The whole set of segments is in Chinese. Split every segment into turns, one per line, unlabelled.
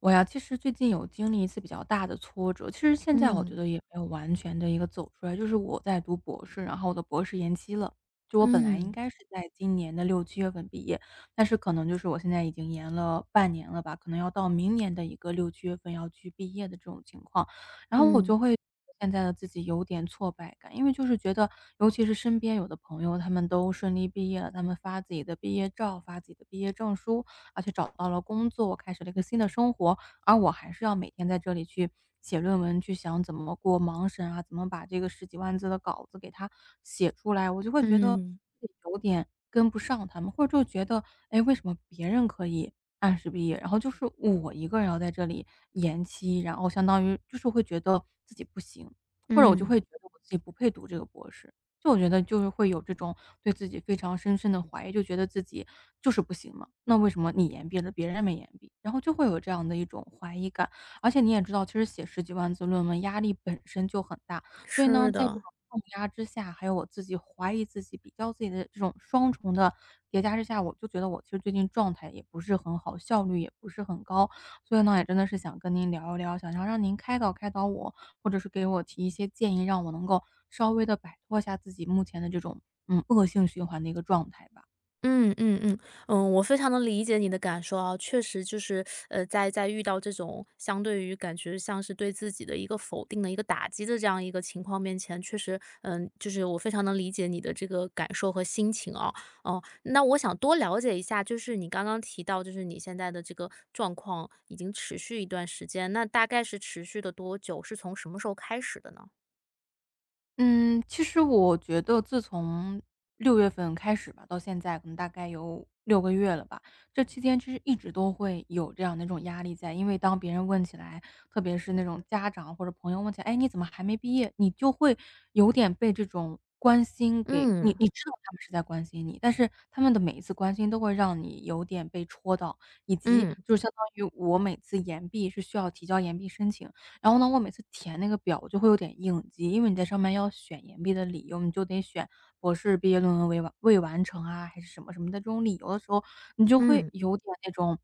我呀，其实最近有经历一次比较大的挫折，其实现在我
嗯
觉得也没有完全的一个走出来。就是我在读博士，然后我的博士延期了，就我本来应
嗯
该是在今年的六七月份毕业，但是可能就是我现在已经延了半年了吧，可能要到明年的一个六七月份要去毕业的这种情况。然后我就
嗯
会现在的自己有点挫败感，因为就是觉得尤其是身边有的朋友，他们都顺利毕业了，他们发自己的毕业照，发自己的毕业证书，而且找到了工作，开始了一个新的生活，而我还是要每天在这里去写论文，去想怎么过盲审啊，怎么把这个十几万字的稿子给它写出来，我就会觉得
嗯
自己有点跟不上他们，或者就觉得，哎，为什么别人可以按时毕业，然后就是我一个人要在这里延期，然后相当于就是会觉得自己不行，或者我就
嗯，
会觉得我自己不配读这个博士。就我觉得就是会有这种对自己非常深深的怀疑，就觉得自己就是不行嘛，那为什么你言必了，别人没言必？然后就会有这样的一种怀疑感。而且你也知道，其实写十几万字论文压力本身就很大，所以呢，
是
在这
的，
种重压之下，还有我自己怀疑自己、比较自己的这种双重的叠加之下，我就觉得我其实最近状态也不是很好，效率也不是很高。所以呢，也真的是想跟您聊一聊，想要让您开导开导我，或者是给我提一些建议，让我能够稍微的摆脱一下自己目前的这种，嗯，恶性循环的一个状态吧。
嗯嗯嗯嗯，我非常能理解你的感受啊，确实就是，在遇到这种相对于感觉像是对自己的一个否定的一个打击的这样一个情况面前，确实，就是我非常能理解你的这个感受和心情啊，哦，那我想多了解一下，就是你刚刚提到，就是你现在的这个状况已经持续一段时间，那大概是持续的多久？是从什么时候开始的呢？
嗯，其实我觉得自从6月份开始吧，到现在可能大概有6个月了吧，这期间其实一直都会有这样的一种压力在。因为当别人问起来，特别是那种家长或者朋友问起来：“哎，你怎么还没毕业？”你就会有点被这种关心
嗯
你知道他们是在关心你，但是他们的每一次关心都会让你有点被戳到，以及
嗯。
就是相当于我每次延毕是需要提交延毕申请，然后呢，我每次填那个表我就会有点应激，因为你在上面要选延毕的理由，你就得选博士毕业论文未完成啊，还是什么什么的这种理由的时候，你就会
嗯，
有点那种，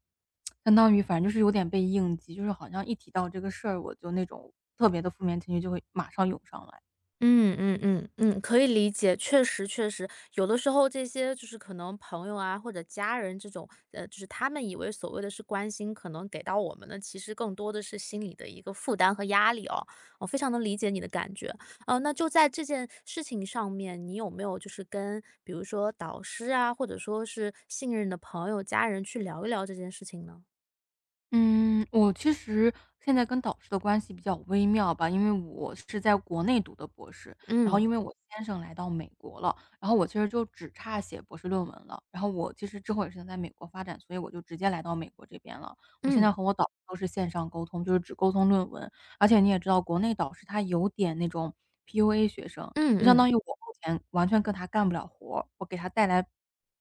相当于反正就是有点被应激，就是好像一提到这个事儿，我就那种特别的负面情绪就会马上涌上来。
嗯嗯嗯嗯，可以理解，确实确实，有的时候这些就是可能朋友啊或者家人这种，就是他们以为所谓的是关心，可能给到我们的其实更多的是心理的一个负担和压力哦。我非常能理解你的感觉，那就在这件事情上面，你有没有就是跟比如说导师啊，或者说是信任的朋友、家人去聊一聊这件事情呢？
嗯，我其实现在跟导师的关系比较微妙吧，因为我是在国内读的博士，然后
嗯
因为我先生来到美国了，然后我其实就只差写博士论文了，然后我其实之后也是想在美国发展，所以我就直接来到美国这边了。我现在
嗯
和我导师都是线上沟通，就是只沟通论文，而且你也知道，国内导师他有点那种 PUA 学生，
嗯
就相
嗯
当于我目前完全跟他干不了活儿我给他带来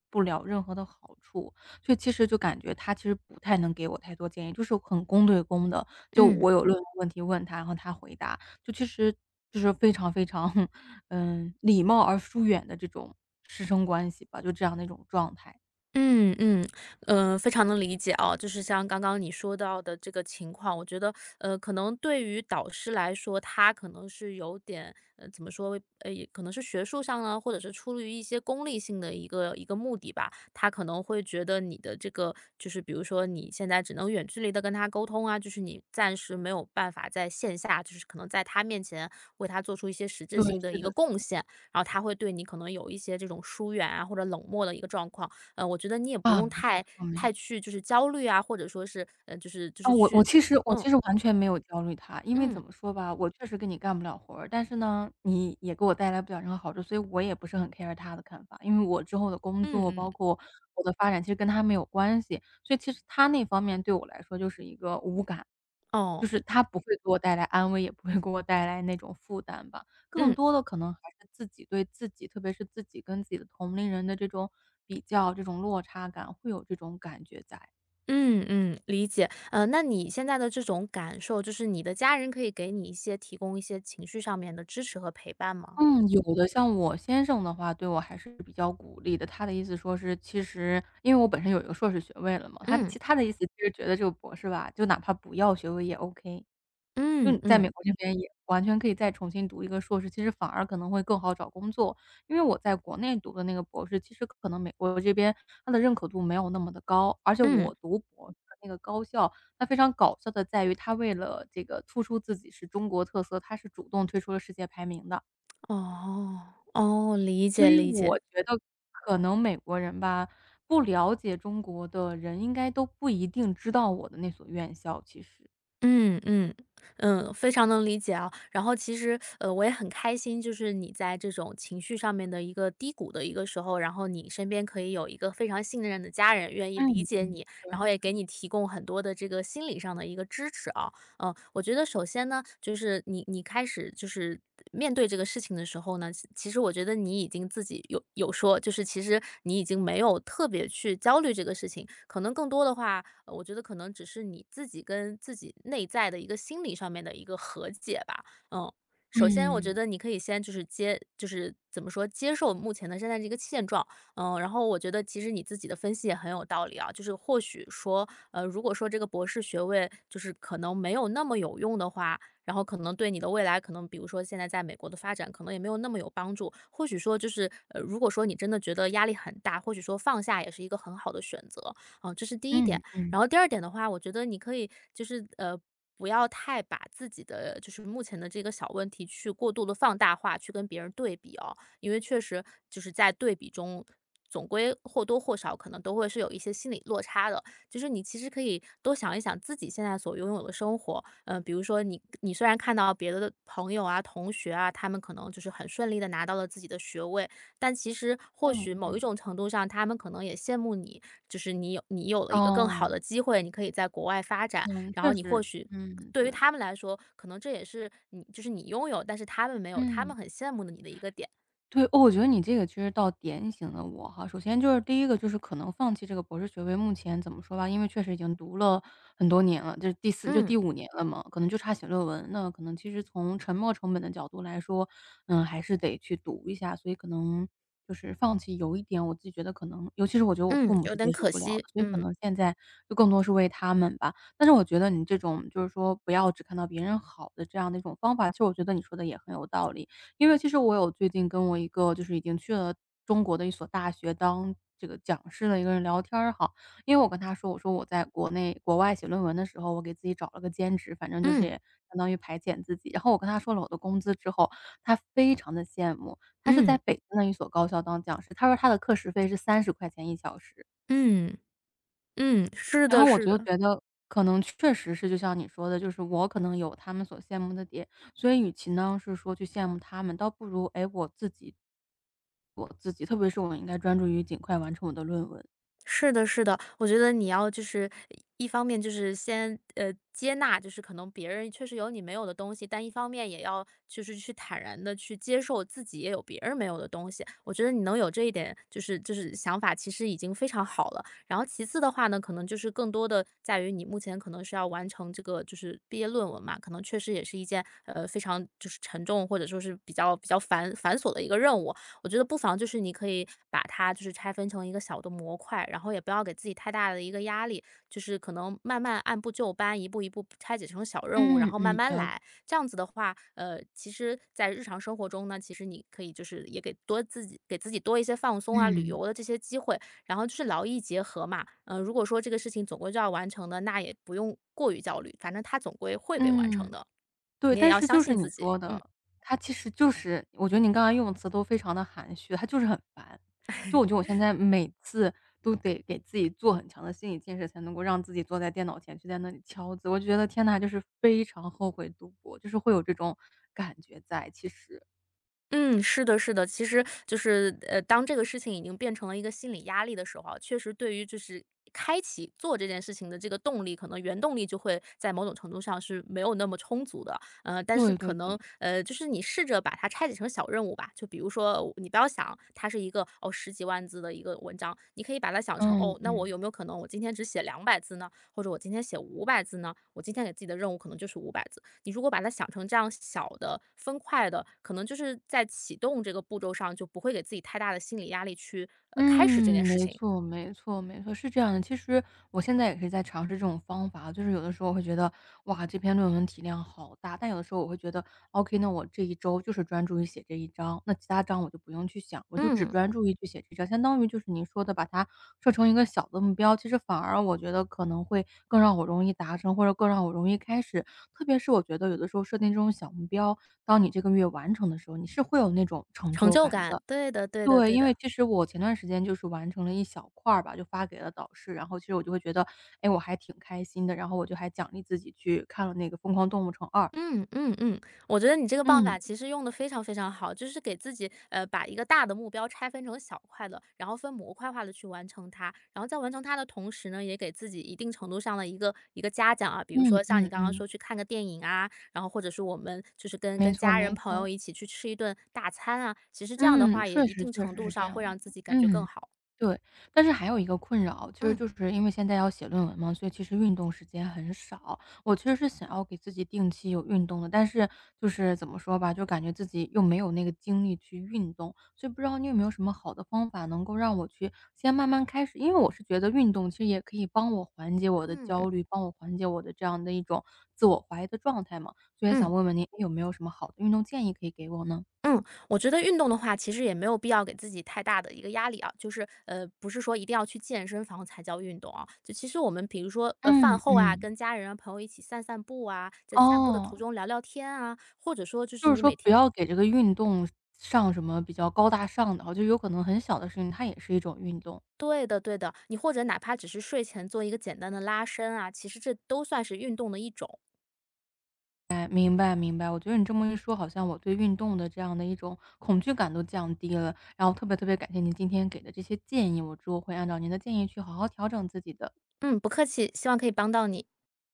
不了任何的好处，就其实就感觉他其实不太能给我太多建议，就是很公对公的，就
嗯。
我有任何问题问他，然后他回答，就其实就是非常非常，嗯，礼貌而疏远的这种师生关系吧，就这样的一种状态。
嗯嗯，非常能理解啊，就是像刚刚你说到的这个情况，我觉得，可能对于导师来说，他可能是有点，怎么说，也可能是学术上呢，或者是出于一些功利性的一个目的吧，他可能会觉得你的这个，就是比如说你现在只能远距离的跟他沟通啊，就是你暂时没有办法在线下，就是可能在他面前为他做出一些实
对，
质性的
是
一
的。
个贡献，然后他会对你可能有一些这种疏远啊或者冷漠的一个状况。我觉得你也不
啊，
用
没
太
错没
太去就是焦虑啊，或者说是，就是就
啊，
是
我
去
其实
嗯，
完全没有焦虑他，因为怎
嗯，
么说吧，我确实跟你干不了活儿，但是呢，你也给我带来不了任何好处，所以我也不是很 care 他的看法。因为我之后的工
嗯
作，
嗯，
包括我的发展，其实跟他没有关系，所以其实他那方面对我来说就是一个无感，就
哦，
是他不会给我带来安慰，也不会给我带来那种负担吧。更
嗯，
多的可能还是自己对自己，特别是自己跟自己的同龄人的这种比较、这种落差感，会有这种感觉在。
嗯嗯，理解。那你现在的这种感受，就是你的家人可以给你提供一些情绪上面的支持和陪伴吗？
嗯，有的。像我先生的话，对我还是比较鼓励的。他的意思说是，其实因为我本身有一个硕士学位了嘛，他
嗯，
其他的意思就是觉得这个博士吧，就哪怕不要学位也 OK。就
嗯
你在
嗯，
美国这边也完全可以再重新读一个硕士，其实反而可能会更好找工作。因为我在国内读的那个博士，其实可能美国这边他的认可度没有那么的高，而且
嗯，
我读博士的那个高校，它非常搞笑的在于，他为了这个突出自己是中国特色，他是主动推出了世界排名的。
哦，哦，理
所
解
以
理
我
解。
觉得可能美国人吧，不了解中国的人应该都不一定知道我的那所院校，其实。
嗯嗯嗯，非常能理解啊。然后其实，我也很开心，就是你在这种情绪上面的一个低谷的一个时候，然后你身边可以有一个非常信任的家人，愿意理
嗯
解
嗯，
你，然
对。
后也给你提供很多的这个心理上的一个支持啊。嗯，我觉得首先呢，就是你开始就是面对这个事情的时候呢，其实我觉得你已经自己有说，就是其实你已经没有特别去焦虑这个事情，可能更多的话，我觉得可能只是你自己跟自己内在的一个心理上面的一个和解吧，嗯。首先，我觉
嗯，
得你可以先就是接，就是怎么说，接受目前的现在这个现状，嗯，然后我觉得其实你自己的分析也很有道理啊，就是或许说，如果说这个博士学位就是可能没有那么有用的话，然后可能对你的未来，可能比如说现在在美国的发展，可能也没有那么有帮助。或许说就是，如果说你真的觉得压力很大，或许说放下也是一个很好的选择，啊、这是第一
嗯
点。
嗯，
然后第二点的话，我觉得你可以就是。不要太把自己的就是目前的这个小问题去过度的放大化，去跟别人对比哦，因为确实就是在对比中，总归或多或少可能都会是有一些心理落差的。就是你其实可以多想一想自己现在所拥有的生活，嗯，比如说你虽然看到别的朋友啊、同学啊，他们可能就是很顺利的拿到了自己的学位，但其实或
嗯
许某一
嗯，
种程度上，他们可能也羡慕你，就是你有了一个更好
哦。
的机会，你可以在国外发展，
嗯，
然
确
后你或
实，
许。
嗯，
对于
对。
他们来说，可能这也是你，就是你拥有，但是他们没有，他
嗯。
们很羡慕的你的一个点。
对，哦，我觉得你这个其实倒点醒了我哈。首先就是第一个就是可能放弃这个博士学位，目前怎么说吧，因为确实已经读了很多年了，就是第四就
嗯
第5年了嘛，可能就差写论文。那可能其实从沉没成本的角度来说，嗯，还是得去读一下，所以可能就是放弃有一点我自己觉得可能尤其是我觉得我父
嗯，
母
有
是接
点
受
可
不了的，
惜。
所以可
嗯
能现在就更多是为他们吧。但是我觉得你这种就是说不要只看到别人好的这样的一种方法，其实我觉得你说的也很有道理。因为其实我有最近跟我一个就是已经去了中国的一所大学当这个讲师的一个人聊天儿哈，因为我跟他说，我说我在国内国外写论文的时候，我给自己找了个兼职，反正就是
嗯
也相当于排遣自己。然后我跟他说了我的工资之后，他非常的羡慕，他是在
嗯
北京的一所高校当讲师，他说他的课时费是30块钱1小时，
嗯嗯嗯，是
然
的，
后我
是
就
的。
觉得可能确实是就像你说的，就是我可能有他们所羡慕的点，所以与其呢是说去羡慕他们，倒不如，哎，我自己，特别是我应该专注于尽快完成我的论文。
是的，是的，我觉得你要就是一方面就是先接纳，就是可能别人确实有你没有的东西，但一方面也要就是去坦然的去接受自己也有别人没有的东西。我觉得你能有这一点就是想法，其实已经非常好了。然后其次的话呢，可能就是更多的在于你目前可能是要完成这个就是毕业论文嘛，可能确实也是一件非常就是沉重或者说是比较繁琐的一个任务。我觉得不妨就是你可以把它就是拆分成一个小的模块，然后也不要给自己太大的一个压力，就是可能慢慢按部就班，一步一步拆解成小任务，然
嗯
后慢
嗯，
慢
了
来。这样子的话，其实，在日常生活中呢，其实你可以就是也给多自己给自己多一些放松啊、旅
嗯，
游的这些机会，然后就是劳逸结合嘛。嗯、如果说这个事情总归就要完成的，那也不用过于焦虑，反正它总归会被完成
嗯。
的，
对，
你也
但
要
是
相
就是
信
你
自己。
说的，
嗯。
他其实就是我觉得你刚才用词都非常的含蓄，他就是很烦。就我觉得我现在每次都得给自己做很强的心理建设，才能够让自己坐在电脑前去在那里敲字，我觉得天呐，就是非常后悔读博，就是会有这种感觉在，其实。
嗯，是的，是的。其实就是，当这个事情已经变成了一个心理压力的时候啊确实对于就是开启做这件事情的这个动力，可能原动力就会在某种程度上是没有那么充足的。但是
对对
可能，
对。
就是你试着把它拆解成小任务吧。就比如说，你不要想它是一个哦十几万字的一个文章，你可以把它想成
嗯
哦，那我
嗯。
有没有可能我今天只写200字呢？或者我今天写五百字呢，我今天给自己的任务可能就是五百字。你如果把它想成这样小的分块的，可能就是在启动这个步骤上就不会给自己太大的心理压力去开始这件
嗯，
事
没
情。
错，没错，没错，是这样的。其实我现在也是在尝试这种方法，就是有的时候我会觉得，哇，这篇论文体量好大，但有的时候我会觉得，OK，那我这一周就是专注于写这一章，那其他章我就不用去想，我就只
嗯，
专注于去写这章，相当于就是您说的把它设成一个小的目标，其实反而我觉得可能会更让我容易达成，或者更让我容易开始。特别是我觉得有的时候设定这种小目标，当你这个月完成的时候，你是会有那种成
成
就
就
感的。
感，对的，对的，
对，
对
因为
的。
其实我前段时间就是完成了一小块儿吧，就发给了导师，然后其实我就会觉得，哎，我还挺开心的，然后我就还奖励自己去看了那个《疯狂动物城二》。
嗯嗯嗯，我觉得你这个办法其实用的非常非常好，就是给自己把一个大的目标拆分成小块的，然后分模块化的去完成它，然后在完成它的同时呢，也给自己一定程度上的一个嘉奖啊，比如
嗯
说像你
嗯嗯
刚刚
嗯，
说去看个电影啊，然后或者是我们就是跟
没
跟
错
家人
没
朋友
错。
一起去吃一顿大餐啊，其实这样的
嗯，
话也
确
一
实
定
确
程
实
度
是这
上
样
会
的。
让自己感觉更
嗯，
好。
对。但是还有一个困扰，其实
嗯
就是因为现在要写论文嘛，所以其实运动时间很少。我其实是想要给自己定期有运动的，但是就是怎么说吧，就感觉自己又没有那个精力去运动，所以不知道你有没有什么好的方法能够让我去先慢慢开始？因为我是觉得运动其实也可以帮我缓解我的
嗯
焦
嗯。
虑，帮我缓解我的这样的一种自我怀疑的状态嘛，所以想问问您有没有什么好的运动建议可以给我呢？
嗯，我觉得运动的话，其实也没有必要给自己太大的一个压力啊，就是不是说一定要去健身房才叫运动啊。就其实我们比如说饭
嗯
后啊，
嗯。
跟家人啊、朋友一起散散步啊，在散步的途
哦，
中聊聊天啊，或者说就
就
是
是
你
说
每
不
天
要给这个运动上什么比较高大上的，就有可能很小的事情，它也是一种运动。
对的对的，你或者哪怕只是睡前做一个简单的拉伸啊，其实这都算是运动的一种。
哎，明白明白，我觉得你这么一说，好像我对运动的这样的一种恐惧感都降低了。然后特别特别感谢您今天给的这些建议，我之后会按照您的建议去好好调整自己的。
嗯，不客气，希望可以帮到你。